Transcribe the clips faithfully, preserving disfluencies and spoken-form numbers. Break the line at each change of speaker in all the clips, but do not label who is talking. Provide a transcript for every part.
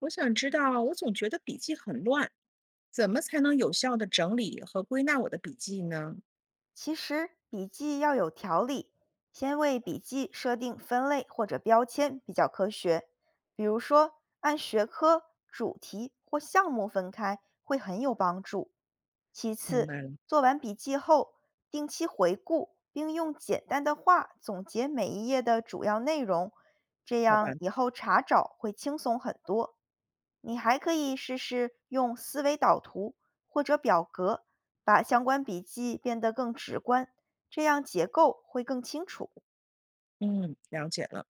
我想知道，我总觉得笔记很乱，怎么才能有效的整理和归纳我的笔记呢？
其实笔记要有条理，先为笔记设定分类或者标签比较科学。比如说，按学科、主题或项目分开会很有帮助。其
明
次，
白了。
做完笔记后，定期回顾，并用简单的话总结每一页的主要内容，这
好办
样以
法。
后查找会轻松很多。你还可以试试用思维导图或者表格，把相关笔记变得更直观，这样结构会更清楚。
嗯，了解了。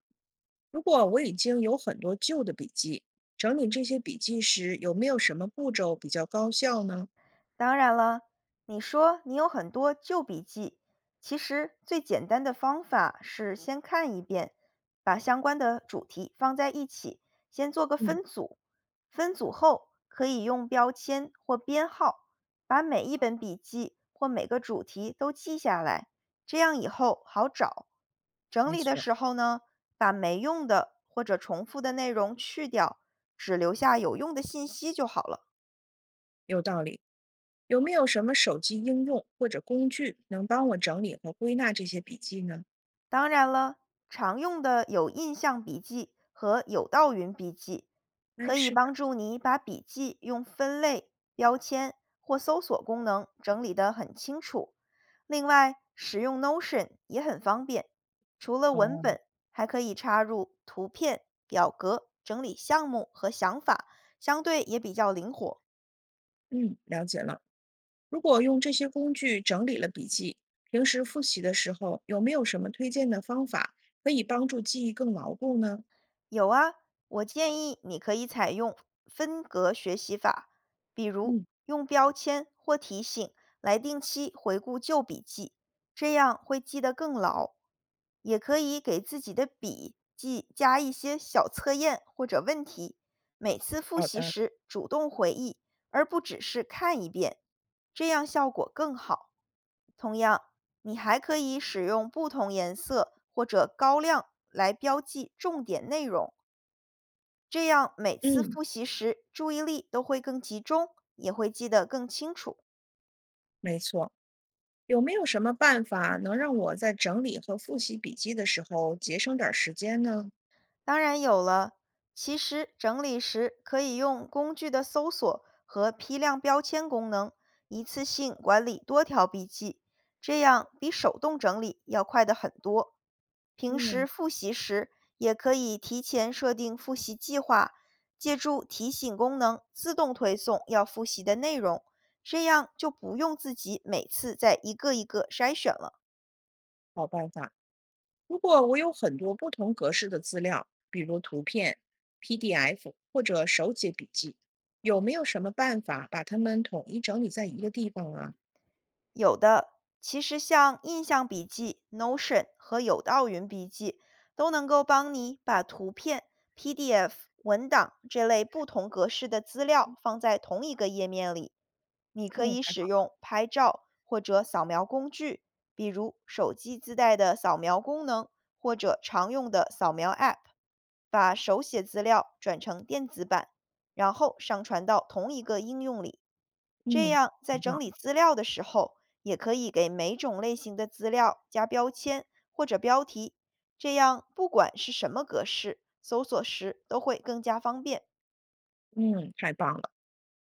如果我已经有很多旧的笔记，整理这些笔记时，有没有什么步骤比较高效呢？
当然了，你说你有很多旧笔记，其实最简单的方法是先看一遍，把相关的主题放在一起，先做个
嗯。
分组。分组后可以用标签或编号，把每一本笔记或每个主题都记下来，这样以后好找。整
没
理的
错。
时候呢，把没用的或者重复的内容去掉，只留下有用的信息就好了。
有道理。有没有什么手机应用或者工具能帮我整理和归纳这些笔记呢？
当然了，常用的有印象笔记和有道云笔记，
哎，
可以
是的。
帮助你把笔记用分类、标签或搜索功能整理得很清楚。另外，使用 Notion 也很方便，除了文
哦。
本，还可以插入图片、表格，整理项目和想法，相对也比较灵活。
嗯，了解了。如果用这些工具整理了笔记，平时复习的时候有没有什么推荐的方法可以帮助记忆更牢固呢？
有啊，我建议你可以采用分隔学习法，比如
嗯。
用标签或提醒来定期回顾旧笔记，这样会记得更牢。也可以给自己的笔记加一些小测验或者问题，每次复
好
习
的。
时主动回忆，而不只是看一遍，这样效果更好。同样，你还可以使用不同颜色或者高亮来标记重点内容。这样每次
嗯。
复习时注意力都会更集中，也会记得更清楚。
没错。有没有什么办法能让我在整理和复习笔记的时候节省点儿时间呢？
当然有了。其实整理时可以用工具的搜索和批量标签功能，一次性管理多条笔记，这样比手动整理要快得很多。平
嗯。
时复习时，也可以提前设定复习计划，借助提醒功能自动推送要复习的内容，这样就不用自己每次再一个一个筛选了。
好办法。如果我有很多不同格式的资料，比如图片、P D F 或者手写笔记，有没有什么办法把它们统一整理在一个地方啊？
有的，其实像印象笔记、Notion 和有道云笔记都能够帮你把图片、P D F、文档这类不同格式的资料放在同一个页面里。你可
嗯，
以
还
使
好。
用拍照或者扫描工具，比如手机自带的扫描功能或者常用的扫描 App，把手写资料转成电子版，然后上传到同一个应用里。这
嗯。
样，在
明白。
整理资料的时候，也可以给每种类型的资料加标签或者标题，这样不管是什么格式，搜索时都会更加方便。
嗯，太棒了！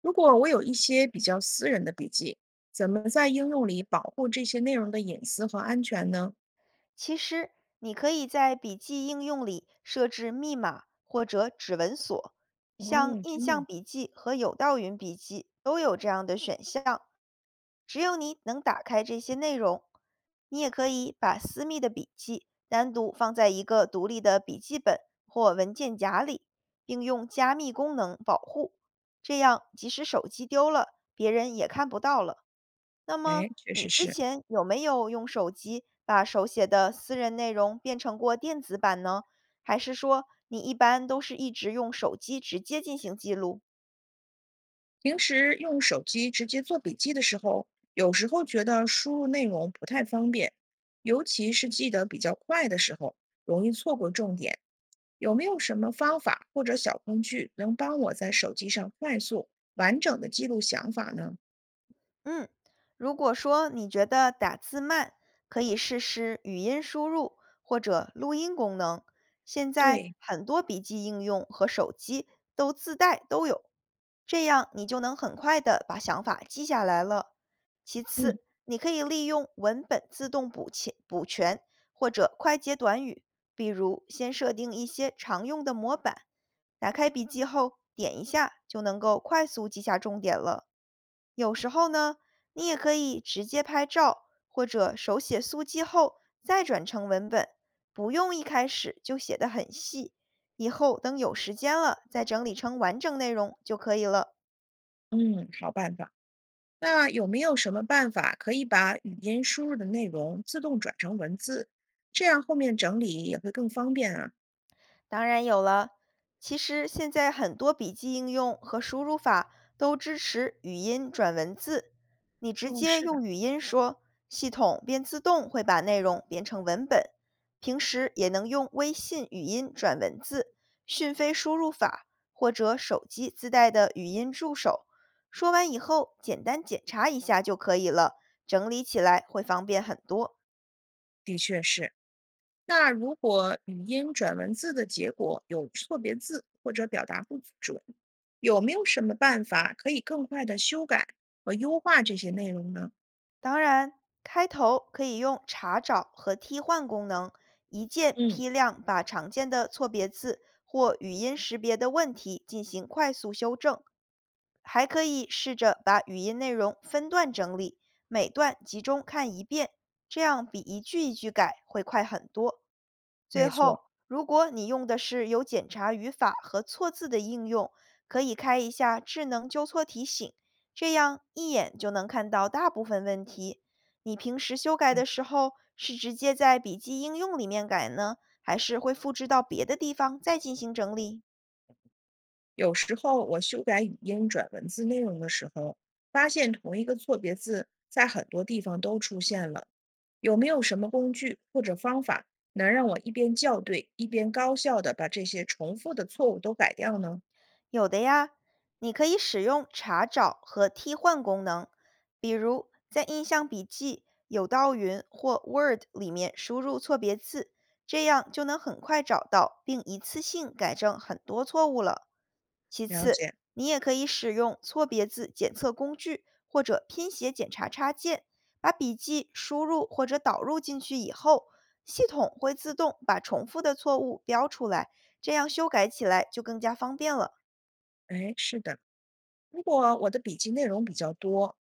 如果我有一些比较私人的笔记，怎么在应用里保护这些内容的隐私和安全呢？
其实，你可以在笔记应用里设置密码或者指纹锁，像
哦，
印
真的。
象笔记和有道云笔记都有这样的选项。只有你能打开这些内容。你也可以把私密的笔记单独放在一个独立的笔记本或文件夹里，并用加密功能保护。这样，即使手机丢了，别人也看不到了。那么，
哎，确
你
实
之
是。
前有没有用手机把手写的私人内容变成过电子版呢？还是说你一般都是一直用手机直接进行记录？
平时用手机直接做笔记的时候，有时候觉得输入内容不太方便，尤其是记得比较快的时候，容易错过重点。有没有什么方法或者小工具能帮我在手机上快速、完整的记录想法呢？
嗯，如果说你觉得打字慢，可以试试语音输入或者录音功能。现在
对。
很多笔记应用和手机都自带都有，这样你就能很快的把想法记下来了。其
嗯
次，你可以利用文本自动补全补全或者快捷短语，比如先设定一些常用的模板，打开笔记后点一下就能够快速记下重点了。有时候呢，你也可以直接拍照或者手写速记后再转成文本，不用一开始就写得很细，以后等有时间了再整理成完整内容就可以了。
嗯，好办法。那有没有什么办法可以把语音输入的内容自动转成文字，这样后面整理也会更方便啊？
当然有了。其实现在很多笔记应用和输入法都支持语音转文字，你直
嗯，
接
是的。
用语音说，系统便自动会把内容变成文本。平时也能用微信语音转文字、讯飞输入法或者手机自带的语音助手，说完以后简单检查一下就可以了，整理起来会方便很多。
的确是。那如果语音转文字的结果有错别字或者表达不准，有没有什么办法可以更快的修改和优化这些内容呢？
当然，开头可以用查找和替换功能，一键
嗯。
批量把常见的错别字或语音识别的问题进行快速修正。还可以试着把语音内容分段整理，每段集中看一遍，这样比一句一句改会快很多。最
没错。
后，如果你用的是有检查语法和错字的应用，可以开一下智能纠错提醒，这样一眼就能看到大部分问题。你平时修改
对。
的时候，是直接在笔记应用里面改呢，还是会复制到别的地方再进行整理？
有时候我修改语音转文字内容的时候，发现同一个错别字在很多地方都出现了。有没有什么工具或者方法能让我一边校对，一边高效的把这些重复的错误都改掉呢？
有的呀，你可以使用查找和替换功能，比如在印象笔记、有道云或 Word 里面输入错别字，这样就能很快找到并一次性改正很多错误了。其
了
次，
解。
你也可以使用错别字检测工具或者拼写检查插件，把笔记输入或者导入进去以后，系统会自动把重复的错误标出来，这样修改起来就更加方便了。
哎，是的。如果我的笔记内容比较多，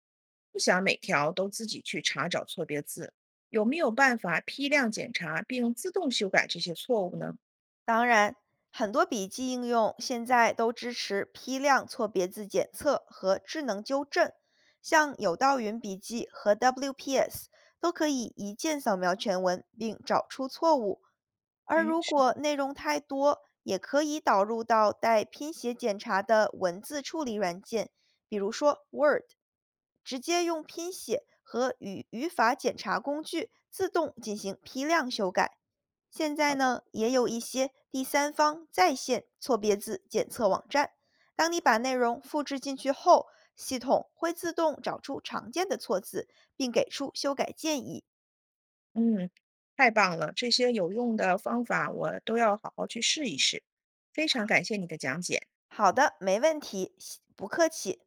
不想每条都自己去查找错别字，有没有办法批量检查并自动修改这些错误呢？
当然，很多笔记应用现在都支持批量错别字检测和智能纠正，像有道云笔记和 W P S 都可以一键扫描全文并找出错误。而
哎，
如
是
果
的。
内容太多，也可以导入到带拼写检查的文字处理软件，比如说 Word，直接用拼写和语语法检查工具自动进行批量修改。现在
好。
呢，也有一些第三方在线错别字检测网站，当你把内容复制进去后，系统会自动找出常见的错字，并给出修改建议。
嗯，太棒了，这些有用的方法我都要好好去试一试。非常感谢你的讲解。
好的，没问题，不客气。